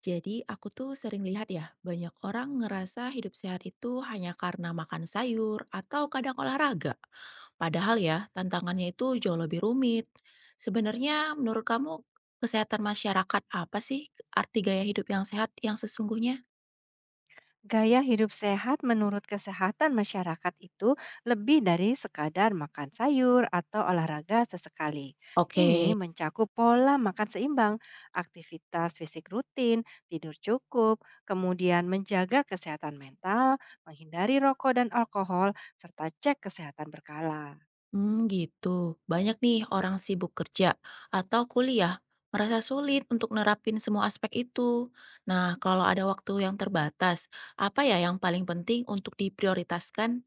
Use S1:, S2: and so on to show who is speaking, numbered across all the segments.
S1: Jadi aku tuh sering lihat ya, banyak orang ngerasa hidup sehat itu hanya karena makan sayur atau kadang olahraga. Padahal ya, tantangannya itu jauh lebih rumit. Sebenarnya menurut kamu kesehatan masyarakat apa sih arti gaya hidup yang sehat yang sesungguhnya?
S2: Gaya hidup sehat menurut kesehatan masyarakat itu lebih dari sekadar makan sayur atau olahraga sesekali.
S1: Oke,
S2: Ini mencakup pola makan seimbang, aktivitas fisik rutin, tidur cukup, kemudian menjaga kesehatan mental, menghindari rokok dan alkohol, serta cek kesehatan berkala.
S1: gitu. Banyak nih orang sibuk kerja atau kuliah merasa sulit untuk nerapin semua aspek itu. Nah, kalau ada waktu yang terbatas, apa ya yang paling penting untuk diprioritaskan.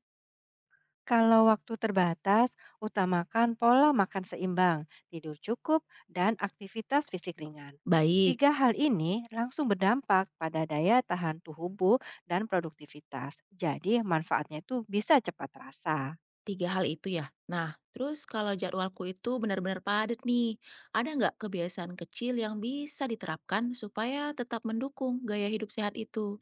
S2: Kalau waktu terbatas, utamakan pola makan seimbang, tidur cukup, dan aktivitas fisik ringan.
S1: Baik,
S2: Tiga hal ini langsung berdampak pada daya tahan tubuh dan produktivitas. Jadi, manfaatnya itu bisa cepat terasa.
S1: tiga hal itu ya. Nah, terus kalau jadwalku itu benar-benar padat nih, ada nggak kebiasaan kecil yang bisa diterapkan supaya tetap mendukung gaya hidup sehat itu?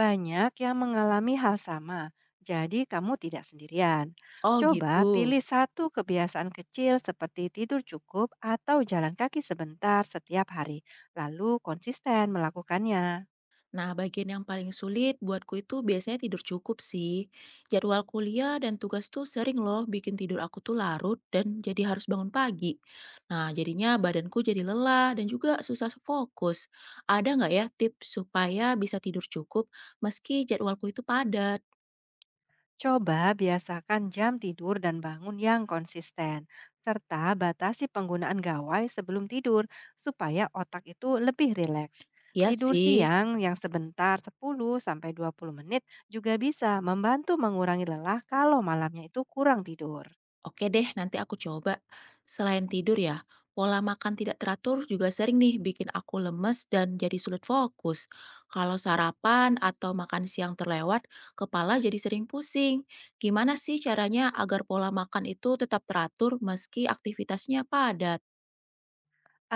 S2: Banyak yang mengalami hal sama, jadi kamu tidak sendirian.
S1: Oh
S2: Coba
S1: gitu.
S2: pilih satu kebiasaan kecil seperti tidur cukup atau jalan kaki sebentar setiap hari, lalu konsisten melakukannya.
S1: Nah, bagian yang paling sulit buatku itu biasanya tidur cukup sih. Jadwal kuliah dan tugas tuh sering loh bikin tidur aku tuh larut dan jadi harus bangun pagi. Nah, jadinya badanku jadi lelah dan juga susah fokus. Ada nggak ya tips supaya bisa tidur cukup meski jadwalku itu padat?
S2: Coba biasakan jam tidur dan bangun yang konsisten, serta batasi penggunaan gawai sebelum tidur supaya otak itu lebih rileks.
S1: Ya
S2: Tidur
S1: sih.
S2: siang yang sebentar 10-20 menit juga bisa membantu mengurangi lelah kalau malamnya itu kurang tidur.
S1: Oke deh, nanti aku coba. Selain tidur ya, pola makan tidak teratur juga sering nih bikin aku lemes dan jadi sulit fokus. Kalau sarapan atau makan siang terlewat, kepala jadi sering pusing. Gimana sih caranya agar pola makan itu tetap teratur meski aktivitasnya padat?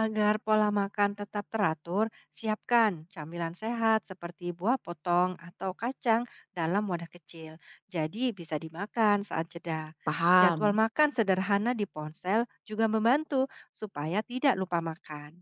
S2: Agar pola makan tetap teratur, siapkan camilan sehat seperti buah potong atau kacang dalam wadah kecil. Jadi bisa dimakan saat jeda. Jadwal
S1: Paham.
S2: makan sederhana di ponsel juga membantu supaya tidak lupa makan.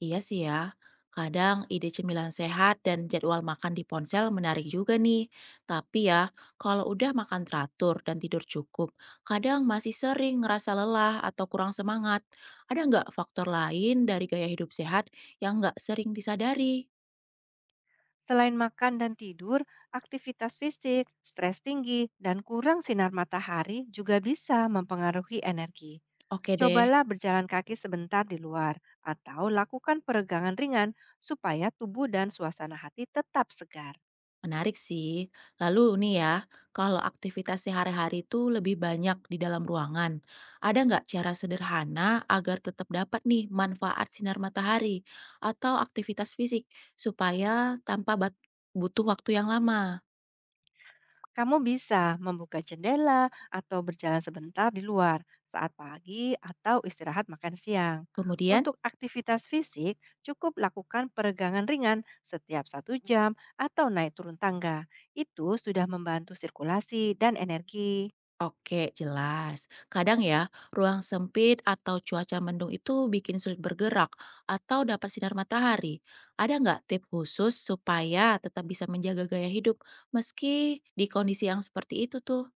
S1: Iya sih ya, kadang ide cemilan sehat dan jadwal makan di ponsel menarik juga nih. Tapi ya, kalau udah makan teratur dan tidur cukup, kadang masih sering ngerasa lelah atau kurang semangat. Ada nggak faktor lain dari gaya hidup sehat yang nggak sering disadari?
S2: Selain makan dan tidur, aktivitas fisik, stres tinggi, dan kurang sinar matahari juga bisa mempengaruhi energi.
S1: Oke deh.
S2: Cobalah berjalan kaki sebentar di luar atau lakukan peregangan ringan supaya tubuh dan suasana hati tetap segar.
S1: Menarik sih. Lalu nih ya, kalau aktivitas sehari-hari itu lebih banyak di dalam ruangan, ada nggak cara sederhana agar tetap dapat nih manfaat sinar matahari atau aktivitas fisik supaya tanpa butuh waktu yang lama?
S2: Kamu bisa membuka jendela atau berjalan sebentar di luar saat pagi atau istirahat makan siang.
S1: Kemudian,
S2: Untuk aktivitas fisik, cukup lakukan peregangan ringan setiap satu jam atau naik turun tangga. Itu sudah membantu sirkulasi dan energi.
S1: oke, jelas. Kadang ya, ruang sempit atau cuaca mendung itu bikin sulit bergerak atau dapat sinar matahari. Ada nggak tip khusus supaya tetap bisa menjaga gaya hidup meski di kondisi yang seperti itu tuh?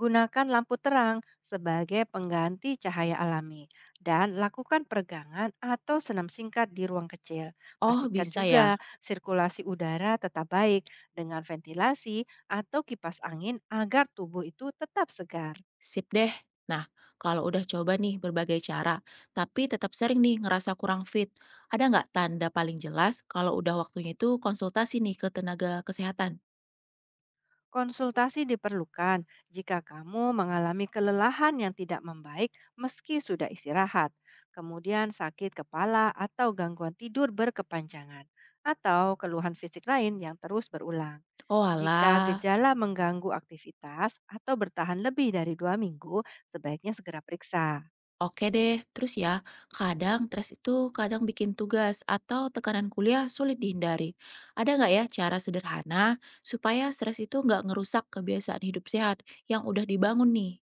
S2: Gunakan lampu terang sebagai pengganti cahaya alami dan lakukan peregangan atau senam singkat di ruang kecil.
S1: Oh,
S2: Pastikan
S1: bisa
S2: juga
S1: ya.
S2: sirkulasi udara tetap baik dengan ventilasi atau kipas angin agar tubuh itu tetap segar.
S1: Sip deh. Nah, kalau udah coba nih berbagai cara, tapi tetap sering nih ngerasa kurang fit, ada nggak tanda paling jelas kalau udah waktunya itu konsultasi nih ke tenaga kesehatan?
S2: Konsultasi diperlukan jika kamu mengalami kelelahan yang tidak membaik meski sudah istirahat, kemudian sakit kepala atau gangguan tidur berkepanjangan, atau keluhan fisik lain yang terus berulang.
S1: Oh
S2: Jika
S1: alah.
S2: gejala mengganggu aktivitas atau bertahan lebih dari 2 minggu, sebaiknya segera periksa.
S1: Oke deh, terus ya, kadang stres itu kadang bikin tugas atau tekanan kuliah sulit dihindari. Ada nggak ya cara sederhana supaya stres itu nggak ngerusak kebiasaan hidup sehat yang udah dibangun nih?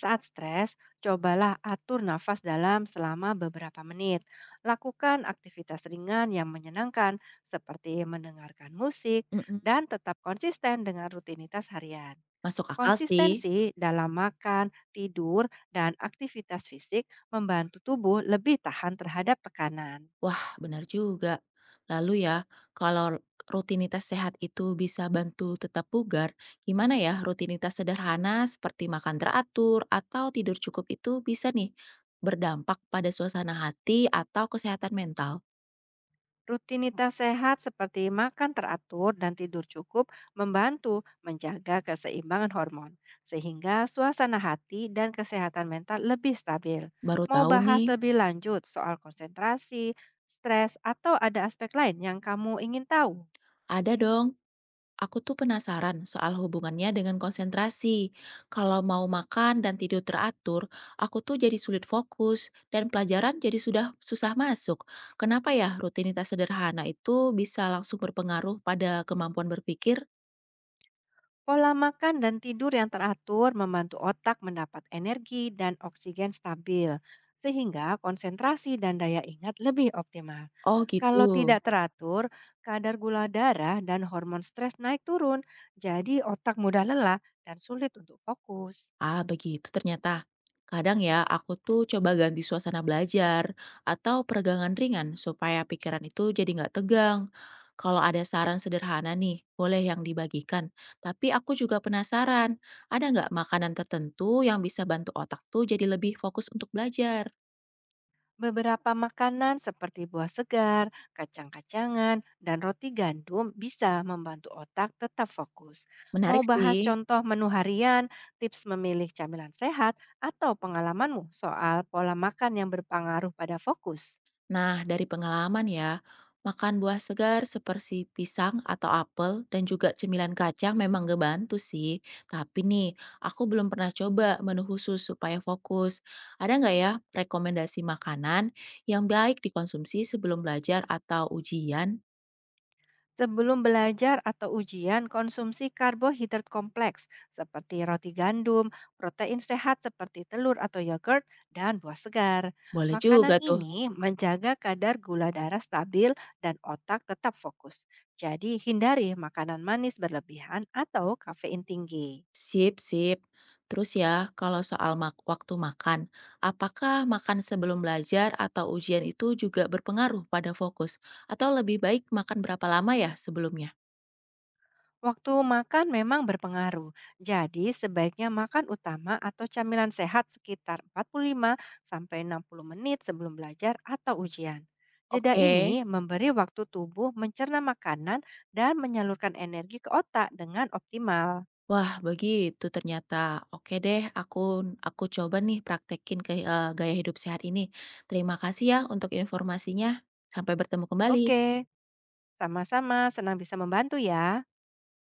S2: Saat stres, cobalah atur nafas dalam selama beberapa menit. Lakukan aktivitas ringan yang menyenangkan, seperti mendengarkan musik,
S1: Mm-mm.
S2: dan tetap konsisten dengan rutinitas harian.
S1: Masuk akal sih.
S2: Konsistensi dalam makan, tidur, dan aktivitas fisik membantu tubuh lebih tahan terhadap tekanan.
S1: Wah, benar juga. Lalu ya, kalau rutinitas sehat itu bisa bantu tetap bugar, gimana ya rutinitas sederhana seperti makan teratur atau tidur cukup itu bisa nih berdampak pada suasana hati atau kesehatan mental?
S2: Rutinitas sehat seperti makan teratur dan tidur cukup membantu menjaga keseimbangan hormon, sehingga suasana hati dan kesehatan mental lebih stabil.
S1: Baru
S2: Mau
S1: tahu
S2: bahas
S1: nih.
S2: lebih lanjut soal konsentrasi, stres, atau ada aspek lain yang kamu ingin tahu?
S1: Ada dong. Aku tuh penasaran soal hubungannya dengan konsentrasi. Kalau mau makan dan tidur teratur, aku tuh jadi sulit fokus dan pelajaran jadi sudah susah masuk. Kenapa ya rutinitas sederhana itu bisa langsung berpengaruh pada kemampuan berpikir?
S2: Pola makan dan tidur yang teratur membantu otak mendapat energi dan oksigen stabil, sehingga konsentrasi dan daya ingat lebih optimal.
S1: Oh gitu.
S2: Kalau tidak teratur, kadar gula darah dan hormon stres naik turun, jadi otak mudah lelah dan sulit untuk fokus.
S1: Ah, begitu ternyata. Kadang ya, aku tuh coba ganti suasana belajar atau peregangan ringan supaya pikiran itu jadi nggak tegang. Kalau ada saran sederhana nih, boleh yang dibagikan. Tapi aku juga penasaran, ada nggak makanan tertentu yang bisa bantu otak tuh jadi lebih fokus untuk belajar?
S2: Beberapa makanan seperti buah segar, kacang-kacangan, dan roti gandum bisa membantu otak tetap fokus. Mau
S1: Menarik
S2: bahas
S1: sih.
S2: contoh menu harian, tips memilih camilan sehat, atau pengalamanmu soal pola makan yang berpengaruh pada fokus?
S1: Nah, dari pengalaman ya, makan buah segar seperti pisang atau apel dan juga cemilan kacang memang ngebantu sih. Tapi nih, aku belum pernah coba menu khusus supaya fokus. Ada nggak ya rekomendasi makanan yang baik dikonsumsi sebelum belajar atau ujian?
S2: Sebelum belajar atau ujian, konsumsi karbohidrat kompleks seperti roti gandum, protein sehat seperti telur atau yogurt, dan buah segar.
S1: Boleh
S2: Makanan
S1: juga tuh.
S2: ini menjaga kadar gula darah stabil dan otak tetap fokus. Jadi, hindari makanan manis berlebihan atau kafein tinggi.
S1: Sip, sip. Terus ya, kalau soal waktu makan, apakah makan sebelum belajar atau ujian itu juga berpengaruh pada fokus? Atau lebih baik makan berapa lama ya sebelumnya?
S2: Waktu makan memang berpengaruh. Jadi sebaiknya makan utama atau camilan sehat sekitar 45 sampai 60 menit sebelum belajar atau ujian. Jeda
S1: Oke.
S2: ini memberi waktu tubuh mencerna makanan dan menyalurkan energi ke otak dengan optimal.
S1: Wah, begitu ternyata. Oke deh, aku coba nih praktekin gaya hidup sehat ini. Terima kasih ya untuk informasinya. Sampai bertemu kembali.
S2: Oke, sama-sama senang bisa membantu ya.